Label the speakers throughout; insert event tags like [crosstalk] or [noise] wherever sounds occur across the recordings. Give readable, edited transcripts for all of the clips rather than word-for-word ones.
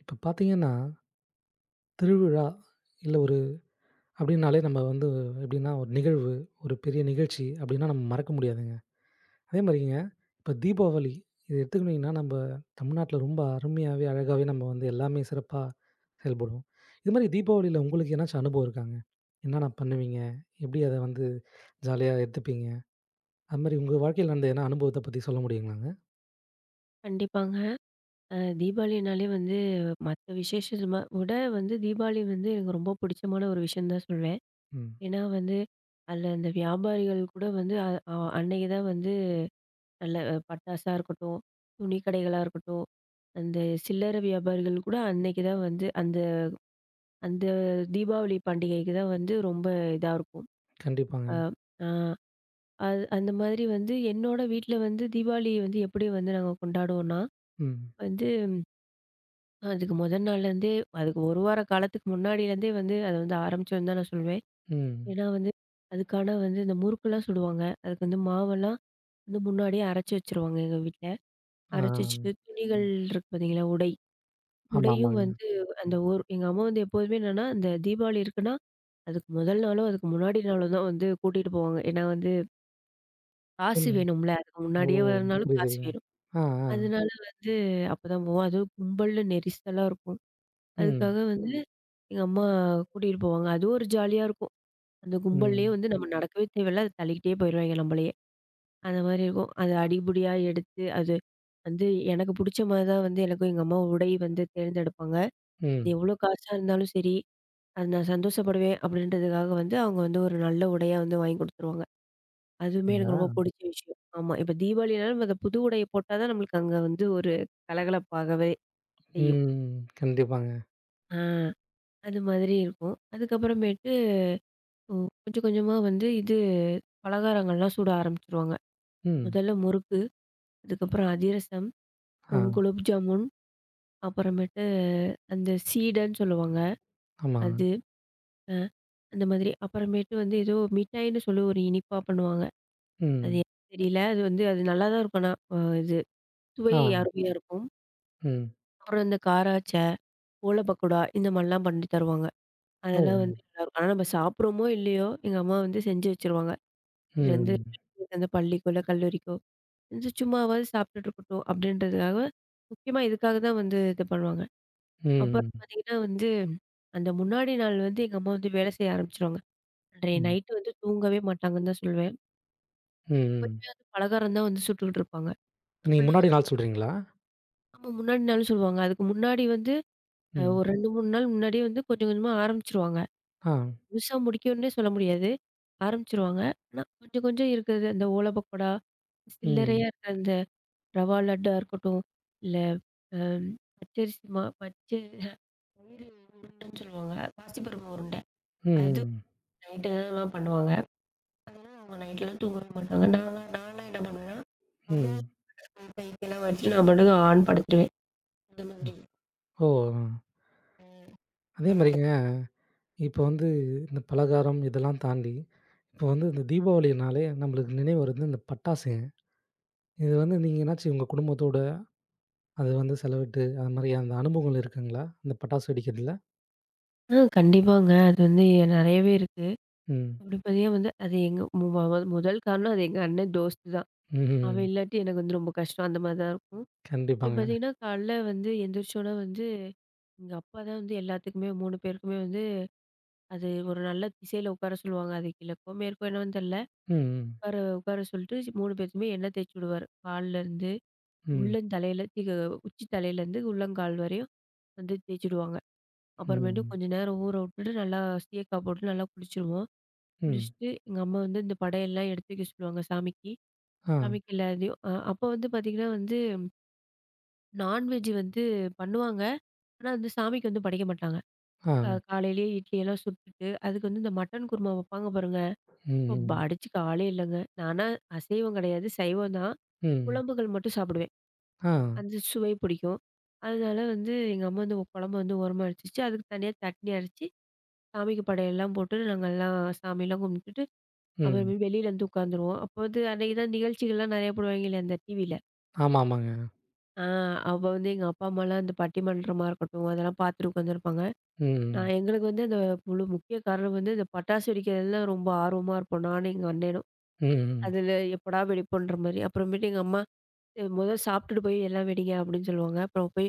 Speaker 1: இப்போ பார்த்தீங்கன்னா, திருவிழா இல்ல ஒரு அப்டின்னாலே நம்ம வந்து எப்டின்னா, ஒரு நிகழ்வு, ஒரு பெரிய நிகழ்ச்சி அப்டின்னா நம்ம மறக்க முடியாதுங்க. அதே மாரிங்க, இப்போ தீபாவளி இது எடுத்துக்கிட்டீங்கன்னா, நம்ப தமிழ்நாட்ல ரொம்ப அருமையாவே, அழகாவே நம்ம வந்து எல்லாமே சிறப்பா செயல்படுவோம். இது மாரி தீபாவளில உங்களுக்கு எதனாச்சும் அனுபவம் இருக்காங்க? என்னென்ன பண்ணுவீங்க? எப்டி அத வந்து ஜாலியா எடுத்துப்பீங்க? அது மாரி உங்க வாழ்க்கையில நடந்த எதனா அனுபவத்த பத்தி சொல்ல முடியுங்களாங்க?
Speaker 2: கண்டிப்பாங்க. தீபாவளினாலே வந்து மத்த விசேஷமா விட வந்து தீபாவளி வந்து எனக்கு ரொம்ப பிடிச்சமான ஒரு விஷயம்னு தான் சொல்வேன்.
Speaker 1: ம்.
Speaker 2: ஏன்னா வந்து அதில அந்த வியாபாரிகள் கூட வந்து அ அ அன்னைக்கு தான் வந்து நல்ல பட்டாசா இருக்கட்டும், துணி கடைகளா இருக்கட்டும், அந்த சில்லறை வியாபாரிகள் கூட அன்னைக்கு தான் வந்து அந்த அந்த தீபாவளி பண்டிகைக்கு தான் வந்து ரொம்ப இதா இருக்கும். அ
Speaker 1: கண்டிப்பாங்க.
Speaker 2: ஆ அது அந்த மாதிரி வந்து என்னோட வீட்ல வந்து தீபாவளி வந்து எப்படி வந்து நாங்க கொண்டாடுவோம்னா,
Speaker 1: ம்.
Speaker 2: வந்து அதுக்கு முதல் நாள்லேருந்தே அதுக்கு ஒரு வார காலத்துக்கு முன்னாடிலேருந்தே வந்து அத வந்து ஆரம்பிச்சோன்னு தான் நான் சொல்வேன்.
Speaker 1: ம்.
Speaker 2: ஏன்னா வந்து அதுக்கான வந்து இந்த முறுக்குலாம் சுடுவாங்க. அதுக்கு வந்து மாவெல்லாம் வந்து முன்னாடியே அரைச்சு வச்சுருவாங்க எங்க வீட்ல.
Speaker 1: ஆ.
Speaker 2: அரைச்சு வச்சுட்டு துணிகள் இருக்கு பார்த்தீங்களா, உடை.
Speaker 1: ஆமா,
Speaker 2: உடையும்
Speaker 1: ஆமாங்க.
Speaker 2: வந்து அந்த ஒரு எங்க அம்மா வந்து எப்போதுமே என்னன்னா, இந்த தீபாவளி இருக்குன்னா, அதுக்கு முதல் நாளோ, அதுக்கு முன்னாடி நாளோ தான் வந்து கூட்டிட்டு போவாங்க. ஏன்னா வந்து காசு வேணும்ல. அதுக்கு
Speaker 1: ஓ!
Speaker 2: முன்னாடியே வரனாலும் காசு
Speaker 1: புரியுதுங்க.
Speaker 2: வேணும்.
Speaker 1: ஆ, ஆ.
Speaker 2: அதனால வந்து அப்பதான் போவோம். அதுவும் கும்பல்னு நெரிசலா இருக்கும். அதுக்காக
Speaker 1: ம்,
Speaker 2: வந்து எங்க அம்மா கூட்டிட்டு போவாங்க. அதுவும் ஒரு ஜாலியா இருக்கும். அந்த கும்பல்லயே
Speaker 1: ம்,
Speaker 2: வந்து நம்ம நடக்கவே தேவையில்ல. அது தள்ளிக்கிட்டே போயிருவாய்ங்க நம்மளயே. அந்த மாரி இருக்கும். அது அடிபுடியா எடுத்து, அது வந்து எனக்கு புடிச்ச மாரி தான் வந்து எனக்கும் எங்க அம்மாவும் உடை வந்து தேர்ந்தெடுப்பாங்க. அது
Speaker 1: ம்.
Speaker 2: எவ்வளோ காசா இருந்தாலும் சரி, அது நான் சந்தோஷப்படுவேன் அப்படின்றதுக்காக வந்து அவங்க வந்து ஒரு நல்ல உடையா வந்து வாங்கி குடுத்துருவாங்க. அதுவுமே எனக்கு
Speaker 1: அப்படிங்களா?
Speaker 2: ரொம்ப புடிச்ச விஷயம். ஆமா. இப்ப தீபாவளினாலும் நம்ம அந்த புது உடைய போட்டா தான் நம்மளுக்கு அங்க வந்து ஒரு கலகலப்பாகவே செய்யும்.
Speaker 1: ம். கண்டிப்பாங்க.
Speaker 2: ஆ அது மாதிரி இருக்கும். அதுக்கப்புறமேட்டு ஓ! கொஞ்சம் கொஞ்சமா வந்து இது பலகாரங்கள்லாம் சுட ஆரம்பிச்சுருவாங்க.
Speaker 1: ம்.
Speaker 2: முதல்ல முறுக்கு, அதுக்கப்புறம் அதிரசம்,
Speaker 1: ஆ,
Speaker 2: அப்புறம் குலோப் ஜாமுன், அப்புறமேட்டு அந்த சீடன்னு சொல்லுவாங்க.
Speaker 1: ஆமா.
Speaker 2: அது, அ அந்த மாதிரி. அப்புறமேட்டு வந்து ஏதோ மிட்டாய்ன்னு சொல்லி ஒரு இனிப்பா பண்ணுவாங்க. அது
Speaker 1: ம்.
Speaker 2: என்னன்னு தெரியல. அது வந்து அது நல்லா தான் இருக்கும் ஆனா. இது சுவை
Speaker 1: ஆ,
Speaker 2: அருமையா இருக்கும்.
Speaker 1: ம்.
Speaker 2: அப்புறம் இந்த காராச்ச, ஓல பக்கோடா இந்த மாரிலாம் பண்ணி தருவாங்க.
Speaker 1: ஓ!
Speaker 2: அதெல்லாம் வந்து நல்லாருக்கும். ஆனா நம்ம சாப்பிடுறோமோ இல்லையோ, எங்க அம்மா வந்து செஞ்சு வச்சுருவாங்க. இது வந்து
Speaker 1: ம்,
Speaker 2: வந்து பள்ளிக்கோ, இல்ல கல்லூரிக்கோ இது சும்மாவாவது சாப்பிட்டுட்டு இருக்கட்டும் அப்படின்றதுக்காக, முக்கியமா இதுக்காக தான் வந்து இது பண்ணுவாங்க. அப்புறம்
Speaker 1: ம்,
Speaker 2: பார்த்தீங்கன்னா வந்து, அந்த முன்னாடி நாள் வந்து எங்க அம்மா வந்து வேலை செய்ய ஆரம்பிச்சுருவாங்க. அன்றைய
Speaker 1: ம்,
Speaker 2: நைட்டு வந்து தூங்கவே மாட்டாங்கன்னு தான் சொல்லுவேன்.
Speaker 1: ம்.
Speaker 2: எப்பயுமே வந்து பலகாரம் தான் வந்து சுட்டுக்கிட்டு இருப்பாங்க. அப்ப
Speaker 1: நீங்க
Speaker 2: நான்
Speaker 1: முன்னாடி நாள் சொல்றீங்களா?
Speaker 2: ஆமா முன்னாடி நாளும் சொல்லுவாங்க. அதுக்கு முன்னாடி வந்து
Speaker 1: ம்.
Speaker 2: ஒரு 2, 3 நாள் முன்னாடியே வந்து கொஞ்சம் கொஞ்சமா ஆரம்பிச்சுருவாங்க.
Speaker 1: ஆ.
Speaker 2: முழுசா முடிக்கணும்னே சொல்ல முடியாது. ஆரம்பிச்சுருவாங்க. ஆனா கொஞ்சம் கொஞ்சம் இருக்கிறது அந்த ஓலை பக்கோடா,
Speaker 1: ம்,
Speaker 2: சில்லறையா இருக்கிற அந்த ரவா லட்டா இருக்கட்டும், இல்ல அ பச்சரிசி மா பச்சை பயிறு உருண்டைன்னு சொல்லுவாங்க. பாசிப்பருப்பு உருண்டை. அது
Speaker 1: ம்,
Speaker 2: நைட்டு தான் பண்ணுவாங்க. அதெல்லாம் அவங்க நைட்லாம் தூங்கவே மாட்டாங்க. நான்லாம் நான்லாம் என்ன பண்ணுவேன்னா,
Speaker 1: ம்.
Speaker 2: வெங்காயத்த கைக்கெல்லாம் வச்சு நான் பாட்டுக்கு ஆன் படுத்துருவேன். அந்த மாதிரி.
Speaker 1: ஓ! ஆ.
Speaker 2: அஹ்
Speaker 1: அதே
Speaker 2: ஒரு ஆடு.
Speaker 1: மாரிங்க, இப்போ வந்து இந்த பலகாரம் இதெல்லாம் தாண்டி, இப்போ வந்து இந்த தீபாவளினாலே நம்மளுக்கு நினைவு வருது இந்த பட்டாசுங்க. இது வந்து நீங்க என்னாச்சு உங்க குடும்பத்தோட அது வந்து செலவிட்டு, அது மாரி அந்த அனுபவங்கள் இருக்குங்களா? இந்த பட்டாசு வெடிக்கிறதுல?
Speaker 2: கண்டிப்பாங்க. அது வந்து நெறையவே இருக்கு.
Speaker 1: ம்.
Speaker 2: அப்படி பாத்தீங்கன்னா வந்து அது எங்க மு ம முதல் காரணம் அது எங்க அண்ணன் தோஸ்து தான்.
Speaker 1: ம்ஹ்ம்.
Speaker 2: அவன் இல்லாட்டி எனக்கு வந்து ரொம்ப கஷ்டம். அந்த மாரி தான் இருக்கும். இப்படி
Speaker 1: கண்டிப்பாங்க.
Speaker 2: பாத்தீங்கன்னா, காலைல வந்து எந்திரிச்சோன வந்து எங்க அப்பா தான் வந்து எல்லாத்துக்குமே 3 பேருக்குமே வந்து அது ஒரு நல்ல திசையில உட்கார சொல்லுவாங்க. அது கிழக்கோ, மேற்கோ என்னன்னு தெரியல.
Speaker 1: ம், ம்.
Speaker 2: உட்கார உட்கார சொல்லிட்டு 3 பேத்துக்குமே எண்ணெய் தேய்ச்சு விடுவாரு. கால்லருந்து
Speaker 1: ம்,
Speaker 2: உள்ளந்தலையில திக உச்சி தலையிலேருந்து உள்ளங்கால் வரையும் வந்து தேய்ச்சுடுவாங்க. அப்புறமேட்டு
Speaker 1: ம்,
Speaker 2: கொஞ்ச நேரம் ஊற விட்டுட்டு நல்லா சீயக்காய் போட்டு நல்லா குளிச்சுருவோம்.
Speaker 1: ம்.
Speaker 2: குளிச்சுட்டு எங்க அம்மா வந்து இந்த படையெல்லாம் எடுத்து வைக்க சொல்லுவாங்க சாமிக்கு.
Speaker 1: ஆ,
Speaker 2: சாமிக்கு எல்லாத்தையும் அப்போ வந்து பார்த்தீங்கன்னா வந்து நான்வெஜ் வந்து பண்ணுவாங்க. ஆனா வந்து சாமிக்கு வந்து படைக்க மாட்டாங்க.
Speaker 1: ஆ.
Speaker 2: காலையிலேயே இட்லியெல்லாம் சுட்டுட்டு, அதுக்கு வந்து இந்த மட்டன் குருமா வைப்பாங்க பாருங்க.
Speaker 1: ம்,
Speaker 2: அப்ப
Speaker 1: ம்,
Speaker 2: அடிச்சுக்க ஆளே இல்லங்க. நானா அசைவம் கிடையாது, சைவம் தான்.
Speaker 1: ம்.
Speaker 2: குழம்புகள் மட்டும் சாப்பிடுவேன்.
Speaker 1: ஆ.
Speaker 2: அந்த சுவை பிடிக்கும். அதனால வந்து எங்க அம்மா வந்து குழம்பு வந்து ஓரமா எடுத்து வச்சு, அதுக்கு தனியா சட்னி அரைச்சு, சாமிக்கு படையல்லாம் போட்டு நாங்க எல்லாம் சாமியெல்லாம் கும்பிட்டுட்டு,
Speaker 1: ம்.
Speaker 2: அப்புறமே வெளியில வந்து உட்காந்துருவோம். அப்போ வந்து அன்னைக்கு தான் நிகழ்ச்சிகள்லாம் நிறையா போடுவாங்கல்ல அந்த டிவியில.
Speaker 1: ஆமா, ஆமாங்க.
Speaker 2: ஆ அப்ப வந்து எங்க அப்பா, அம்மாலாம் அந்த பட்டிமன்றமா இருக்கட்டும், அதெல்லாம் பார்த்துட்டு உட்காந்துருப்பாங்க.
Speaker 1: ம்,
Speaker 2: நான் எங்களுக்கு வந்து அந்த முழு முக்கிய காரணம் வந்து இந்த பட்டாசு வெடிக்கிறதுல ரொம்ப ஆர்வமா இருப்போம். நானும் எங்க அண்ணனும்.
Speaker 1: ம்.
Speaker 2: அதுல எப்படா வெடிப்போன்ற மாரி. அப்புறமேட்டு எங்க அம்மா "மொத சாப்பிட்டுட்டு போய் எல்லாம் வெடிங்க" அப்படின்னு சொல்லுவாங்க. அப்புறம் போய்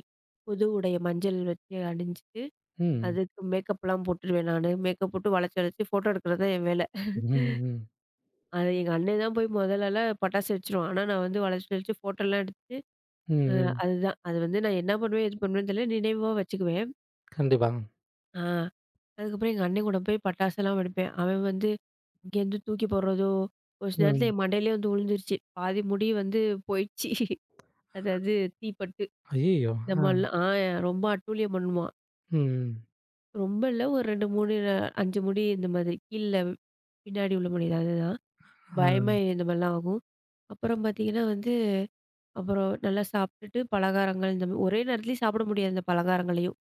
Speaker 2: புது உடைய மஞ்சள் வச்சு அணிஞ்சுட்டு,
Speaker 1: ம்,
Speaker 2: அதுக்கு மேக்கப்லாம் எல்லாம் போட்டுருவேன் நானு. மேக்கப் போட்டு வளைச்சு வளைச்சு ஃபோட்டோ எடுக்கிறது தான் என் வேலை.
Speaker 1: ம்,
Speaker 2: அது எங்க அண்ணன் தான் போய் முதலலாம் பட்டாசு வெடிச்சுருவான். ஆனா நான் வந்து வளைச்சு வளைச்சு ஃபோட்டோலாம் எடுத்து
Speaker 1: ம்.
Speaker 2: அதுதான். அது வந்து நான் என்ன பண்ணுவேன், எது பண்ணுவேன்னு தெரியல. நினைவா வச்சுக்குவேன்.
Speaker 1: கண்டிப்பா.
Speaker 2: ஆ. அதுக்கப்புறம் எங்க அண்ணன் கூட போய் பட்டாசுலாம் வெடிப்பேன். அவன் வந்து இங்கேருந்து தூக்கி போடுறதோ, ஒரு சில நேரத்துல
Speaker 1: ம்.
Speaker 2: என் மண்டையிலயே வந்து விழுந்துருச்சு. பாதி முடி வந்து போயிடுச்சு. [laughs] அதாவது தீப்பட்டு
Speaker 1: ஐயய்யோ!
Speaker 2: இந்த
Speaker 1: ஆ.
Speaker 2: மாரிலாம். ரொம்ப அட்டூழியம் பண்ணுவான்.
Speaker 1: ம்.
Speaker 2: ரொம்ப இல்ல ஒரு 2, 3, 5 முடி இந்த மாதிரி. கீழ பின்னாடி உள்ள முடி தான் அதுதான்.
Speaker 1: ஆ.
Speaker 2: பயமா இந்த மாரிலாம் ஆகும். அப்புறம் பார்த்தீங்கன்னா வந்து, அப்புறம் நல்லா சாப்பிட்டுட்டு பலகாரங்கள் இந்த மாதிரி ஒரே நேரத்துலயும் சாப்பிட முடியாது அந்த பலகாரங்களையும்.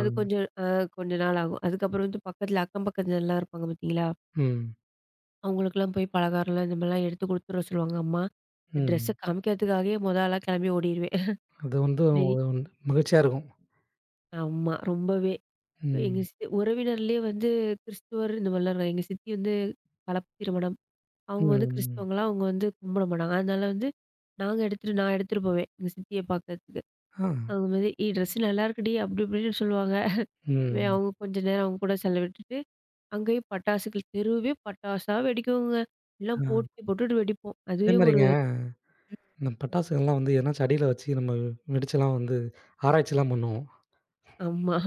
Speaker 2: அது கொஞ்சம் கொஞ்ச நாள் ஆகும். அதுக்கப்புறம் வந்து பக்கத்துல அக்கம் பக்கத்துலலாம் இருப்பாங்க பார்த்தீங்களா?
Speaker 1: ம்,
Speaker 2: அவங்களுக்கெல்லாம் போய் பலகாரம்லாம் இந்த மாதிரிலாம் எடுத்து குடுத்துட சொல்லுவாங்க அம்மா. இந்த ட்ரெஸ்ஸ
Speaker 1: ம்.
Speaker 2: காமிக்கிறதுக்காகவே மொத ஆளா கிளம்பி ஓடிருவேன். [laughs]
Speaker 1: அது வந்து
Speaker 2: மேரி
Speaker 1: மகிழ்ச்சியா இருக்கும்.
Speaker 2: ஆமா. ரொம்பவே. எங்க
Speaker 1: ம்,
Speaker 2: சித்தி உறவினர்லயே வந்து கிறிஸ்துவர் இந்த மாதிரிலாம் இருக்காங்க. எங்க சித்தி வந்து கலப்பு திருமணம். அவங்க வந்து
Speaker 1: ம்.
Speaker 2: கிறிஸ்தவங்களா அவங்க வந்து கும்பிட மாட்டாங்க. அதனால வந்து நாங்க எடுத்துட்டு நான் எடுத்துட்டு போவேன். எங்க சித்திய பார்க்கறதுக்கு.
Speaker 1: ஆ.
Speaker 2: அவங்க மாரி "ஏய் ட்ரெஸ் நல்லாருக்குடி" அப்படி இப்படின்னு சொல்லுவாங்க.
Speaker 1: ம்.
Speaker 2: அவங்க கொஞ்ச நேரம் அவங்க கூட செலவிட்டுட்டு, அங்கேயே பட்டாசுகள் தெருவே பட்டாசா வெடிக்குங்க. எல்லாம்
Speaker 1: ஆ.
Speaker 2: போட்டி போட்டுட்டு வெடிப்போம்.
Speaker 1: அதே
Speaker 2: அதுவே ஒரு
Speaker 1: மாரிங்க, இந்த பட்டாசுகள்லாம் வந்து எதனாச்சும் அடியில வச்சு நம்ம வெடிச்சுலாம் வந்து ஆராய்ச்சிலாம் பண்ணுவோம்.
Speaker 2: ஆமா.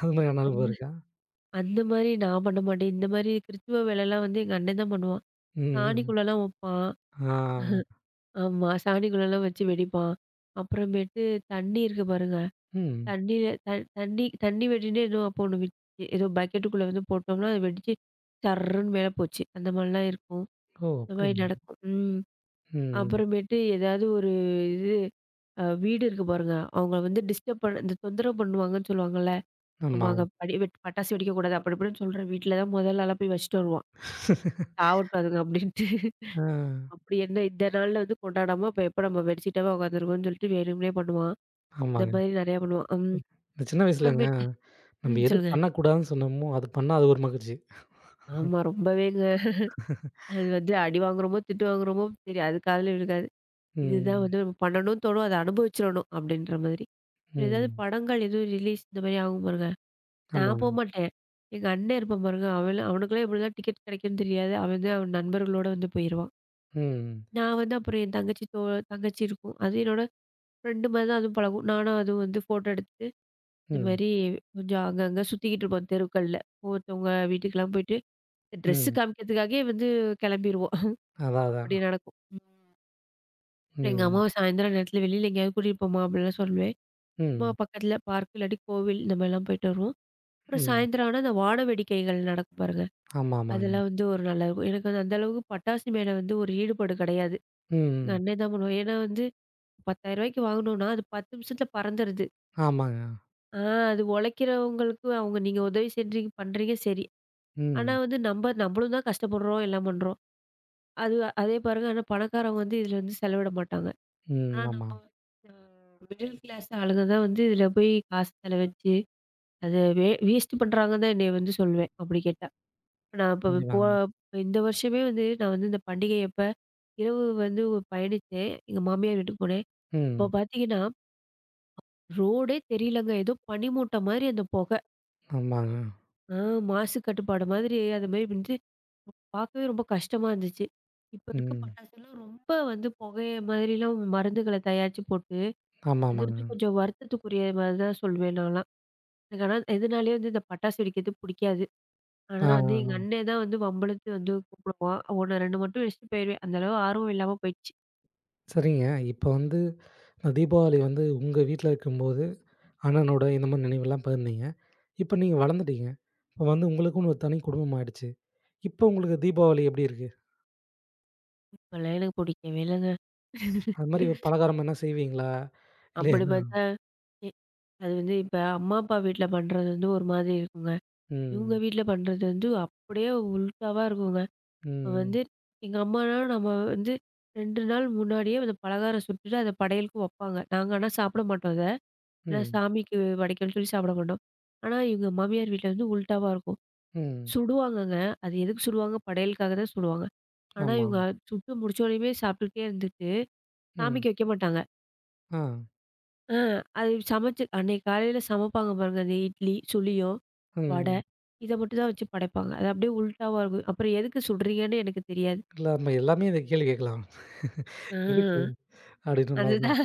Speaker 1: அது மாரி எதனா அனுபவம்
Speaker 2: அந்த
Speaker 1: இருக்கா?
Speaker 2: அந்த மாரி நான் பண்ண மாட்டேன். இந்த மாரி கிறிஸ்துவ வேலைலாம் வந்து எங்க அண்ணன் தான் பண்ணுவான்.
Speaker 1: ம், ம்.
Speaker 2: சாணிக்குள்ளலாம் வைப்பான்.
Speaker 1: ஆ.
Speaker 2: ஆமா. சாணிக்குள்ளலாம் வச்சு வெடிப்பான். அப்புறமேட்டு தண்ணி இருக்கு பாருங்க.
Speaker 1: ம்.
Speaker 2: தண்ணியில த தண்ணி தண்ணி வெடின்னு ஏதோ அப்போ ஒண்ணு வித்துச்சு. ஏதோ பக்கெட்டுக்குள்ள வந்து போட்டோம்னா, அது வெடிச்சு சர்ருன்னு மேல போச்சு. அந்த மாரிலாம் இருக்கும்.
Speaker 1: ஓ!
Speaker 2: இந்த மாரி
Speaker 1: அப்டிங்களா?
Speaker 2: நடக்கும். ம்.
Speaker 1: ம்.
Speaker 2: அப்புறமேட்டு ஏதாவது ஒரு இது வீடு இருக்கு பாருங்க. அவங்க வந்து டிஸ்டர்ப் பண்ண இந்த தொந்தரவு பண்ணுவாங்கன்னு சொல்லுவாங்கல்ல. நம்ம
Speaker 1: ஆமா.
Speaker 2: அங்க படி வெட் பட்டாசு வெடிக்கக்கூடாது. அப்படி இப்படின்னு சொல்ற வீட்ல தான் முதல் ஆளா போய் வச்சுட்டு வருவோம். சாவட்டும் அதுங்க அப்படின்ட்டு.
Speaker 1: ஆ.
Speaker 2: அப்படி என்ன இந்த நாள்ல வந்து கொண்டாடாம, அப்ப எப்ப நம்ம வெடிச்சிட்டாவா உட்காந்துருக்கோம்னு சொல்லிட்டு வேணும்னே பண்ணுவான். இந்த
Speaker 1: ஆமாங்க.
Speaker 2: மாதிரி நெறைய பண்ணுவான். ம்.
Speaker 1: இந்த சின்ன வயசுலங்க
Speaker 2: அப்புறமேட்டு
Speaker 1: நம்ம
Speaker 2: ம்.
Speaker 1: எது
Speaker 2: சொல்லுங்க.
Speaker 1: பண்ணக்கூடாதுன்னு சொன்னோமோ, அது பண்ணா அது ஒரு மகிழ்ச்சி.
Speaker 2: ஆமா ரொம்பவேங்க. அது வந்து அடி வாங்குறோமோ, திட்டு வாங்குறோமோ சரி அது காதுல விழுகாது. இதுதான்
Speaker 1: ம்.
Speaker 2: வந்து நம்ம பண்ணணும்னு தோணும். அத அனுபவிச்சிரணும் அப்படின்ற மாதிரி. ஏதாவது
Speaker 1: ம்.
Speaker 2: படங்கள் எதுவும் ரிலீஸ் இந்த மாதிரி ஆகும் பாருங்க. நான்
Speaker 1: ஆமாங்க.
Speaker 2: போமாட்டேன். எங்க அண்ணன் இருப்பான் பாருங்க. அவன் அவனுக்கெல்லாம் எப்படிலாம் டிக்கெட் கிடைக்கும்னு தெரியாது. அவன் வந்து அவன் நண்பர்களோட வந்து போயிருவான்.
Speaker 1: ம்.
Speaker 2: நான் வந்து அப்புறம் என் தங்கச்சி இருக்கும். அது என்னோட ஃப்ரெண்டு மாரி தான் அதுவும் பழகும். நானும் அதுவும் வந்து ஃபோட்டோ எடுத்துட்டு, இந்த
Speaker 1: ம்.
Speaker 2: மாரி கொஞ்சம் அங்கங்க சுத்திக்கிட்டு இருப்போம் தெருக்கள்ல. ஒவ்வொருத்தவங்க வீட்டுக்கெல்லாம் போயிட்டு, ட்ரெஸ்ஸு
Speaker 1: ம்.
Speaker 2: காமிக்கிறதுக்காகவே வந்து கெளம்பிருவோம். [laughs]
Speaker 1: அதான்,
Speaker 2: அப்படி
Speaker 1: அதான்.
Speaker 2: நடக்கும். ம். எங்க
Speaker 1: ம்.
Speaker 2: அம்மாவ சாயந்தரம் நேரத்தில வெளியில எங்கேயாவது கூட்டிட்டு போமா அப்படிலாம் சொல்லுவேன். அம்மா
Speaker 1: ம்.
Speaker 2: பக்கத்தில பார்க் இல்லாட்டி கோவில் இந்த மாரிலாம் போயிட்டு வருவோம். அப்புறம்
Speaker 1: ம்.
Speaker 2: சாயந்தரம் ஆனா இந்த வான வேடிக்கைகள் நடக்கும் பாருங்க.
Speaker 1: ஆமா, ஆமாங்க.
Speaker 2: அதெல்லாம் வந்து ஒரு நல்லாருக்கும். எனக்கு வந்து அந்த அளவுக்கு பட்டாசு மேல வந்து ஒரு ஈடுபாடு கெடையாது.
Speaker 1: ம்.
Speaker 2: எங்க
Speaker 1: ம்.
Speaker 2: அண்ணன் தான் பண்ணுவான். ஏன்னா வந்து ரூ. 10,000க்கு வாங்குனோம்னா, அது 10 நிமிஷத்தில பறந்துருது.
Speaker 1: ஆமாங்க.
Speaker 2: ஆ அது உழைக்கிறவங்களுக்கு அவங்க நீங்க உதவி செஞ்சீங்க பண்றீங்க சரி. ஆனா
Speaker 1: ம்.
Speaker 2: வந்து நம்மளும் தான் கஷ்டப்படுறோம், எல்லாம் பண்றோம். அது அதே பாருங்க ஆனா பணக்காரவங்க வந்து இதுல வந்து செலவிட மாட்டாங்க.
Speaker 1: ம்.
Speaker 2: ஆனா
Speaker 1: ஆமா.
Speaker 2: நம்ம அ மிடில் கிளாஸ் ஆளுங்க தான் வந்து இதுல போய் காசு செலவச்சு, அத வேஸ்ட் பண்றாங்கன்னு தான் என்னைய வந்து சொல்லுவேன், அப்படி கேட்டா. நான் இப்ப போ
Speaker 1: கண்டிப்பாங்க.
Speaker 2: இந்த வருஷமே வந்து நான் வந்து இந்த பண்டிகை அப்ப இரவு வந்து பயணிச்சேன். எங்க மாமியார் வீட்டுக்கு போனேன். அப்ப
Speaker 1: ம்.
Speaker 2: பார்த்தீங்கன்னா, ரோடே தெரியலங்க. ஏதோ பனிமூட்டம் மாரி அந்த
Speaker 1: ஆமாங்க.
Speaker 2: ஆ மாசு கட்டுப்பாடு மாதிரி அது மாரி வந்து பார்க்கவே ரொம்ப கஷ்டமா இருந்துச்சு. இப்ப இருக்க
Speaker 1: ம்.
Speaker 2: பட்டாசுலாம் ரொம்ப வந்து புகை மாதிரிலாம் மருந்துகள தயாரிச்சு போட்டு,
Speaker 1: ஆமா,
Speaker 2: அது
Speaker 1: ஆமாங்க.
Speaker 2: வந்து கொஞ்சம் வருத்தத்துக்குரிய மாரி தான் சொல்வேன் நான்லாம். எனக்கு ஆனா இதனாலேயே வந்து இந்த பட்டாசு வெடிக்கிறது புடிக்காது.
Speaker 1: ஆ,
Speaker 2: ஆனா வந்து எங்க அண்ணன் தான் வந்து வம்பிழுத்து வந்து கூப்பிடுவான். 1, 2 மட்டும் வெடிச்சுட்டு போயிருவேன். அந்த அளவு ஆர்வம் இல்லாம போயிடுச்சு.
Speaker 1: சரிங்க. இப்ப வந்து இந்த தீபாவளி வந்து உங்க வீட்ல இருக்கும்போது, அண்ணனோட இந்த மாரி நினைவெல்லாம் பகிர்ந்தீங்க. இப்ப நீங்க வளர்ந்துட்டீங்க. இப்ப வந்து உங்களுக்குன்னு ஒரு தனி குடும்பம் ஆயிடுச்சு. இப்ப உங்களுக்கு தீபாவளி எப்படி இருக்கு?
Speaker 2: இப்பலாம் எனக்கு பிடிக்கவே இல்லங்க.
Speaker 1: அது மாரி பலகாரம் எதுனா செய்வீங்களா? இல்ல
Speaker 2: அப்படி
Speaker 1: என்ன
Speaker 2: பார்த்தா எ அது வந்து இப்ப அம்மா, அப்பா வீட்ல பண்றது வந்து ஒரு மாதிரி இருக்குங்க. இவுங்க
Speaker 1: ம்,
Speaker 2: வீட்ல பண்றது வந்து அப்படியே உல்டாவா இருக்குங்க.
Speaker 1: ம்,
Speaker 2: வந்து எங்க அம்மானா நம்ம வந்து 2 நாள் முன்னாடியே அந்த பலகாரம் சுட்டுட்டு அத படையலுக்கு வப்பாங்க. நாங்க ஆனா சாப்பிட மாட்டோம் அத. ஏன்னா
Speaker 1: ம்,
Speaker 2: சாமிக்கு படைக்கணும்னு சொல்லி சாப்பிட மாட்டோம். ஆனா எங்க மாமியார் வீட்ல வந்து உல்டாவா இருக்கும்.
Speaker 1: ம்.
Speaker 2: சுடுவாங்கங்க. அது எதுக்கு சுடுவாங்க? படையலுக்காக தான் சுடுவாங்க. ஆனா
Speaker 1: ஆமா.
Speaker 2: இவங்க சுட்டு முடிச்சோனையுமே சாப்பிட்டுக்கிட்டே இருந்துட்டு,
Speaker 1: ம்.
Speaker 2: சாமிக்கு வைக்க மாட்டாங்க.
Speaker 1: ஆ.
Speaker 2: ஆ அது சமைச்சு அன்னைக்கு காலையில சமைப்பாங்க பாருங்க. அந்த இட்லி, சுழியம், வடை
Speaker 1: ம்.
Speaker 2: இத மட்டும் தான் வச்சு படைப்பாங்க. அது அப்படியே உல்டாவா இருக்கும். அப்புறம் எதுக்கு சுடுறீங்கன்னு எனக்கு தெரியாது.
Speaker 1: இல்ல நம்ம எல்லாமே இத கேள்வி கேட்கலாம். [laughs]
Speaker 2: ஆ
Speaker 1: எதுக்கு? அப்படின்ற
Speaker 2: அது
Speaker 1: மாரி தான்.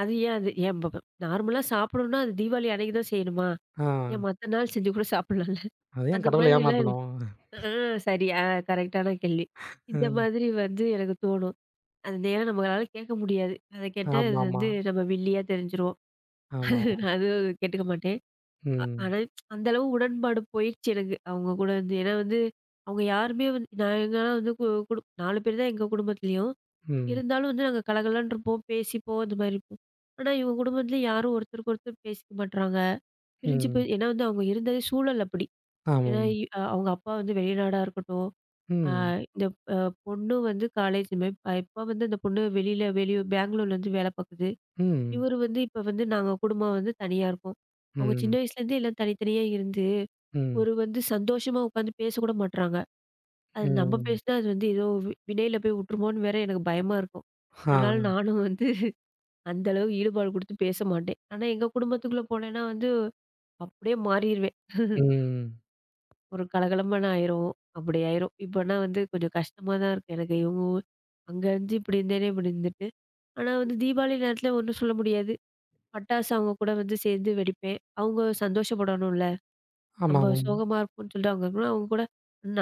Speaker 2: அது ஏன் அது ஏன் ப ப நார்மலா சாப்பிடணும்னா, அது தீபாவளி அன்னைக்கு தான் செய்யணுமா?
Speaker 1: ஆ.
Speaker 2: ஏன் மத்த நாள் செஞ்சு கூட சாப்பிடலாம்ல?
Speaker 1: அது ஏன்
Speaker 2: அந்த
Speaker 1: கடவுள
Speaker 2: மாதிரிலாம் எனக்கு
Speaker 1: ஏமாத்தணும்?
Speaker 2: ஆ சரி, கரெக்ட்டான கேள்வி. இந்த
Speaker 1: ம்.
Speaker 2: மாதிரி வந்து எனக்கு தோணும். அது நேரா நம்மளால கேட்க முடியாது. அத கேட்டா அது
Speaker 1: ஆமாமா.
Speaker 2: வந்து நம்ம வில்லியா தெரிஞ்சுருவோம்.
Speaker 1: ஆமா.
Speaker 2: [laughs]
Speaker 1: ஆமா
Speaker 2: நான் அதுவும் கேட்டுக்க மாட்டேன்.
Speaker 1: ம்.
Speaker 2: ஆனா அந்த அளவு உடன்பாடு போயிருச்சு எனக்கு, அவங்க கூட வந்து. ஏன்னா வந்து, அவங்க யாருமே வந்து நாங்கலாம் வந்து கு குடு 4 பேர் தான் எங்க குடும்பத்திலயும்.
Speaker 1: ம்.
Speaker 2: இருந்தாலும் வந்து நாங்க கலகலன்னு இருப்போம். பேசிப்போம். இந்த மாரி இருப்போம். ஆனா இவங்க குடும்பத்தில யாரும் ஒருத்தருக்கு ஒருத்தர் பேசிக்க மாட்றாங்க. பிரிஞ்சு
Speaker 1: ம்.
Speaker 2: போய் ஏன்னா வந்து அவங்க இருந்ததே சூழல் அப்படி. ஏன்னா
Speaker 1: ஆமாம்.
Speaker 2: இ அ அவங்க அப்பா வந்து வெளிநாடா இருக்கட்டும். அ
Speaker 1: ம்.
Speaker 2: இந்த அ பொண்ணு வந்து காலேஜ் இந்த மாரி இப்ப வந்து அந்த பொண்ணு வெளியில பெங்களூர்ல வந்து வேலை பாக்குது.
Speaker 1: ம்.
Speaker 2: இவரு வந்து இப்ப வந்து நாங்க குடும்பம் வந்து தனியா இருக்கோம். அவங்க சின்ன
Speaker 1: ம்.
Speaker 2: வயசுலேருந்தே எல்லாம் தனித்தனியா இருந்து,
Speaker 1: ம்.
Speaker 2: ஒரு வந்து சந்தோஷமா உட்காந்து பேசக்கூட மாட்றாங்க. அது நம்ம
Speaker 1: ம்.
Speaker 2: பேசினா அது வந்து ஏதோ வினையில போய் விட்டுருமோன்னு வேற எனக்கு பயமா இருக்கும். அதனால
Speaker 1: ஆ.
Speaker 2: நானும் வந்து அந்த அளவு ஈடுபாடு குடுத்து பேச மாட்டேன். ஆனா எங்க குடும்பத்துக்குள்ள போனேன்னா வந்து, அப்படியே மாறிருவேன்.
Speaker 1: ம்.
Speaker 2: ஒரு கலகலப்பான ஆயிரும். அப்படி ஆயிரும். இப்பன்னா வந்து கொஞ்சம் கஷ்டமா தான் இருக்கு எனக்கு. இவங்க அங்க இருந்து இப்படி இருந்தேனே இப்படி இருந்துட்டு. ஆனா வந்து தீபாவளி நேரத்துல ஒண்ணும் சொல்ல முடியாது. பட்டாசு அவங்க கூட வந்து சேர்ந்து வெடிப்பேன். அவங்க சந்தோஷப்படணும்ல. நம்ம
Speaker 1: ஆமாமாம்.
Speaker 2: சோகமா இருக்கோம்னு சொல்லிட்டு அவங்க இருக்கணும். அவங்க கூட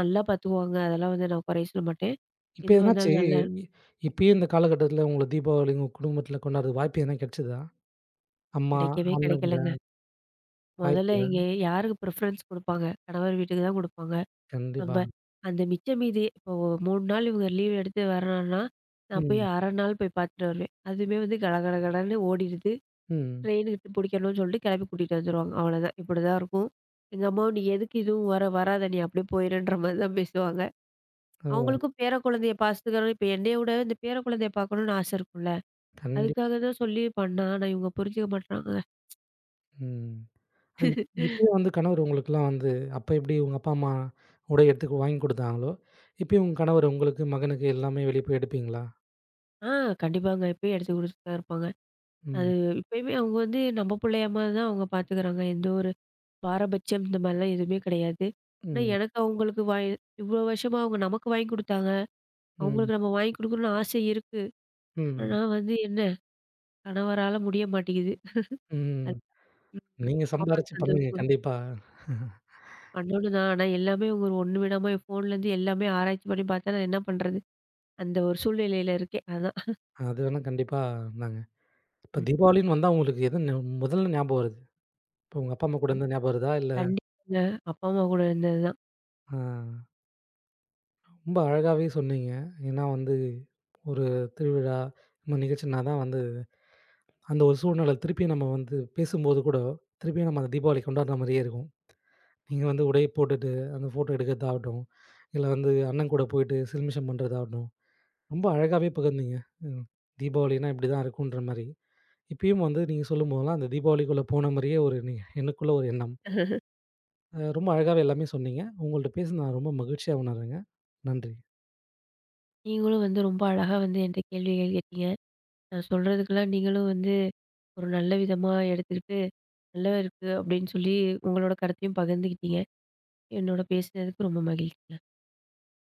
Speaker 2: நல்லா பார்த்துக்குவாங்க. அதெல்லாம் வந்து நான் குறை சொல்ல மாட்டேன்.
Speaker 1: இப்ப
Speaker 2: எதுவா
Speaker 1: எதனாச்சு
Speaker 2: இருந்தாலும் நல்லா
Speaker 1: இ இப்பயே இந்த காலகட்டத்தில உங்களுக்கு தீபாவளி உங்க குடும்பத்தில கொண்டாடுறதுக்கு வாய்ப்பு எதனா கிடைச்சதா? அம்மா,
Speaker 2: கிடைக்கவே
Speaker 1: அண்ணன் கூட
Speaker 2: கிடைக்கலங்க. முதல்ல
Speaker 1: வாய்ப்பு
Speaker 2: இங்க யாருக்கு ப்ரிஃபரன்ஸ் குடுப்பாங்க? கணவர் வீட்டுக்கு தான் குடுப்பாங்க. நம்ம
Speaker 1: கண்டிப்பா.
Speaker 2: அந்த மிச்ச மீதி இப்போ 3 நாள் இவங்க லீவ் எடுத்து வர்றான்னா, நான் போய்
Speaker 1: ம்.
Speaker 2: 1/2 நாள் போய் பார்த்துட்டு வருவேன். அதுவுமே வந்து கட கட கடன்னு ஓடிடுது.
Speaker 1: ம்.
Speaker 2: ட்ரெயினுக்கு பிடிக்கணும்னு சொல்லிட்டு கிளப்பி கூட்டிட்டு வந்துருவாங்க. அவ்வளோதான். இப்படிதான் இருக்கும். எங்க அம்மாவும், "நீ எதுக்கு இதுவும் வராத நீ அப்படியே போயிருன்ற" மாரி தான் பேசுவாங்க.
Speaker 1: ஓ!
Speaker 2: அவங்களுக்கும் பேர குழந்தைய பாத்துக்கணும் இப்ப என்னைய விட இந்த பேர குழந்தைய பார்க்கணும்னு ஆசை இருக்கும்ல.
Speaker 1: கண்டிப்
Speaker 2: அதுக்காக தான் சொல்லி பண்ணா, ஆனா இவங்க புரிஞ்சுக்க மாட்றாங்க.
Speaker 1: ம். அது இப்பயே வந்து கணவர் உங்களுக்குலாம் வந்து அப்ப எப்படி உங்க அப்பா, அம்மா உடை எடுத்து வாங்கி குடுத்தாங்களோ, இப்பயும் உங்க கணவர் உங்களுக்கு, மகனுக்கு எல்லாமே வெளிய போய் எடுப்பீங்களா?
Speaker 2: ஆ கண்டிப்பாங்க. இப்பயும் எடுத்து குடுத்துட்டு தான் இருப்பாங்க. அது
Speaker 1: ம்.
Speaker 2: இப்பயுமே அவங்க வந்து நம்ம பிள்ளைய மாரி தான் அவங்க பாத்துக்கிறாங்க. எந்த ஒரு பாரபட்சம் இந்த மாரிலாம் எதுவுமே கிடையாது. ஆனா
Speaker 1: ம்.
Speaker 2: எனக்கு அவங்களுக்கு இவ்வளோ வருஷமா அவங்க நமக்கு வாங்கி குடுத்தாங்க.
Speaker 1: ம்.
Speaker 2: அவங்களுக்கு நம்ம வாங்கி குடுக்கணும்னு ஆசை இருக்கு.
Speaker 1: ம்.
Speaker 2: ஆனா வந்து என்ன கணவரால முடிய மாட்டேங்குது.
Speaker 1: ம்.
Speaker 2: அது ம்.
Speaker 1: நீங்க
Speaker 2: அவங்களும்
Speaker 1: சம்பாரிச்சு பண்ணுங்க
Speaker 2: சந்தோஷமா
Speaker 1: கண்டிப்பா.
Speaker 2: பண்ணணும் தான். ஆனா எல்லாமே ஒரு ஒண்ணு விடாம என் ஃபோன்லேருந்து எல்லாமே ஆராய்ச்சி பண்ணி பார்த்தா நான் என்ன பண்றது? அந்த ஒரு சூழ்நிலையில இருக்கேன். அதான்.
Speaker 1: அது வேணா கண்டிப்பா நாங்க இப்ப
Speaker 2: ம்.
Speaker 1: தீபாவளின்னு வந்தா உங்களுக்கு எது ந முதல்ல ஞாபகம் வருது? இப்ப உங்க அப்பா, அம்மா கூட
Speaker 2: அப்
Speaker 1: இருந்தது ஞாபகம் வருதா? இல்ல
Speaker 2: கண்டிப்பாங்க. அப்பா, அம்மா கூட இருந்தது தான்.
Speaker 1: ஆ ரொம்ப அழகாவே சொன்னீங்க. ஏன்னா வந்து ஒரு திருவிழா, இந்த நிகழ்ச்சினா தான் வந்து அந்த ஒரு சூழ்நிலை திருப்பி நம்ம வந்து பேசும்போது கூட, திருப்பியும் நம்ம அந்த தீபாவளி கொண்டாடுற மாரியே இருக்கும். நீங்க வந்து உடைய போட்டுட்டு அந்த ஃபோட்டோ எடுக்கிறதாகட்டும், இல்ல வந்து அண்ணன் கூட போயிட்டு சில்மிஷம் பண்றதாகட்டும், ரொம்ப அழகாவே பகிர்ந்தீங்க. ம். தீபாவளினா இப்படிதான் இருக்குன்ற மாரி. இப்பயும் வந்து நீங்க சொல்லும்போதெல்லாம், அந்த தீபாவளிக்குள்ள போன மாரியே ஒரு நீங்க எனக்குள்ள ஒரு எண்ணம்.
Speaker 2: [laughs]
Speaker 1: ரொம்ப அழகாவே எல்லாமே சொன்னீங்க. உங்கள்ட்ட பேசினது நான் ரொம்ப மகிழ்ச்சியா உணர்றேங்க. நன்றி.
Speaker 2: நீங்களும் வந்து ரொம்ப அழகா வந்து என்ட்ட கேள்விகள் கேட்டீங்க. நான் சொல்றதுக்கெல்லாம் நீங்களும் வந்து ஒரு நல்ல விதமா எடுத்துக்கிட்டு, நல்லா இருக்கு அப்படின்னு சொல்லி உங்களோட கருத்தையும் பகிர்ந்துக்கிட்டீங்க. என்னோட பேசினதுக்கு ரொம்ப மகிழ்ச்சி.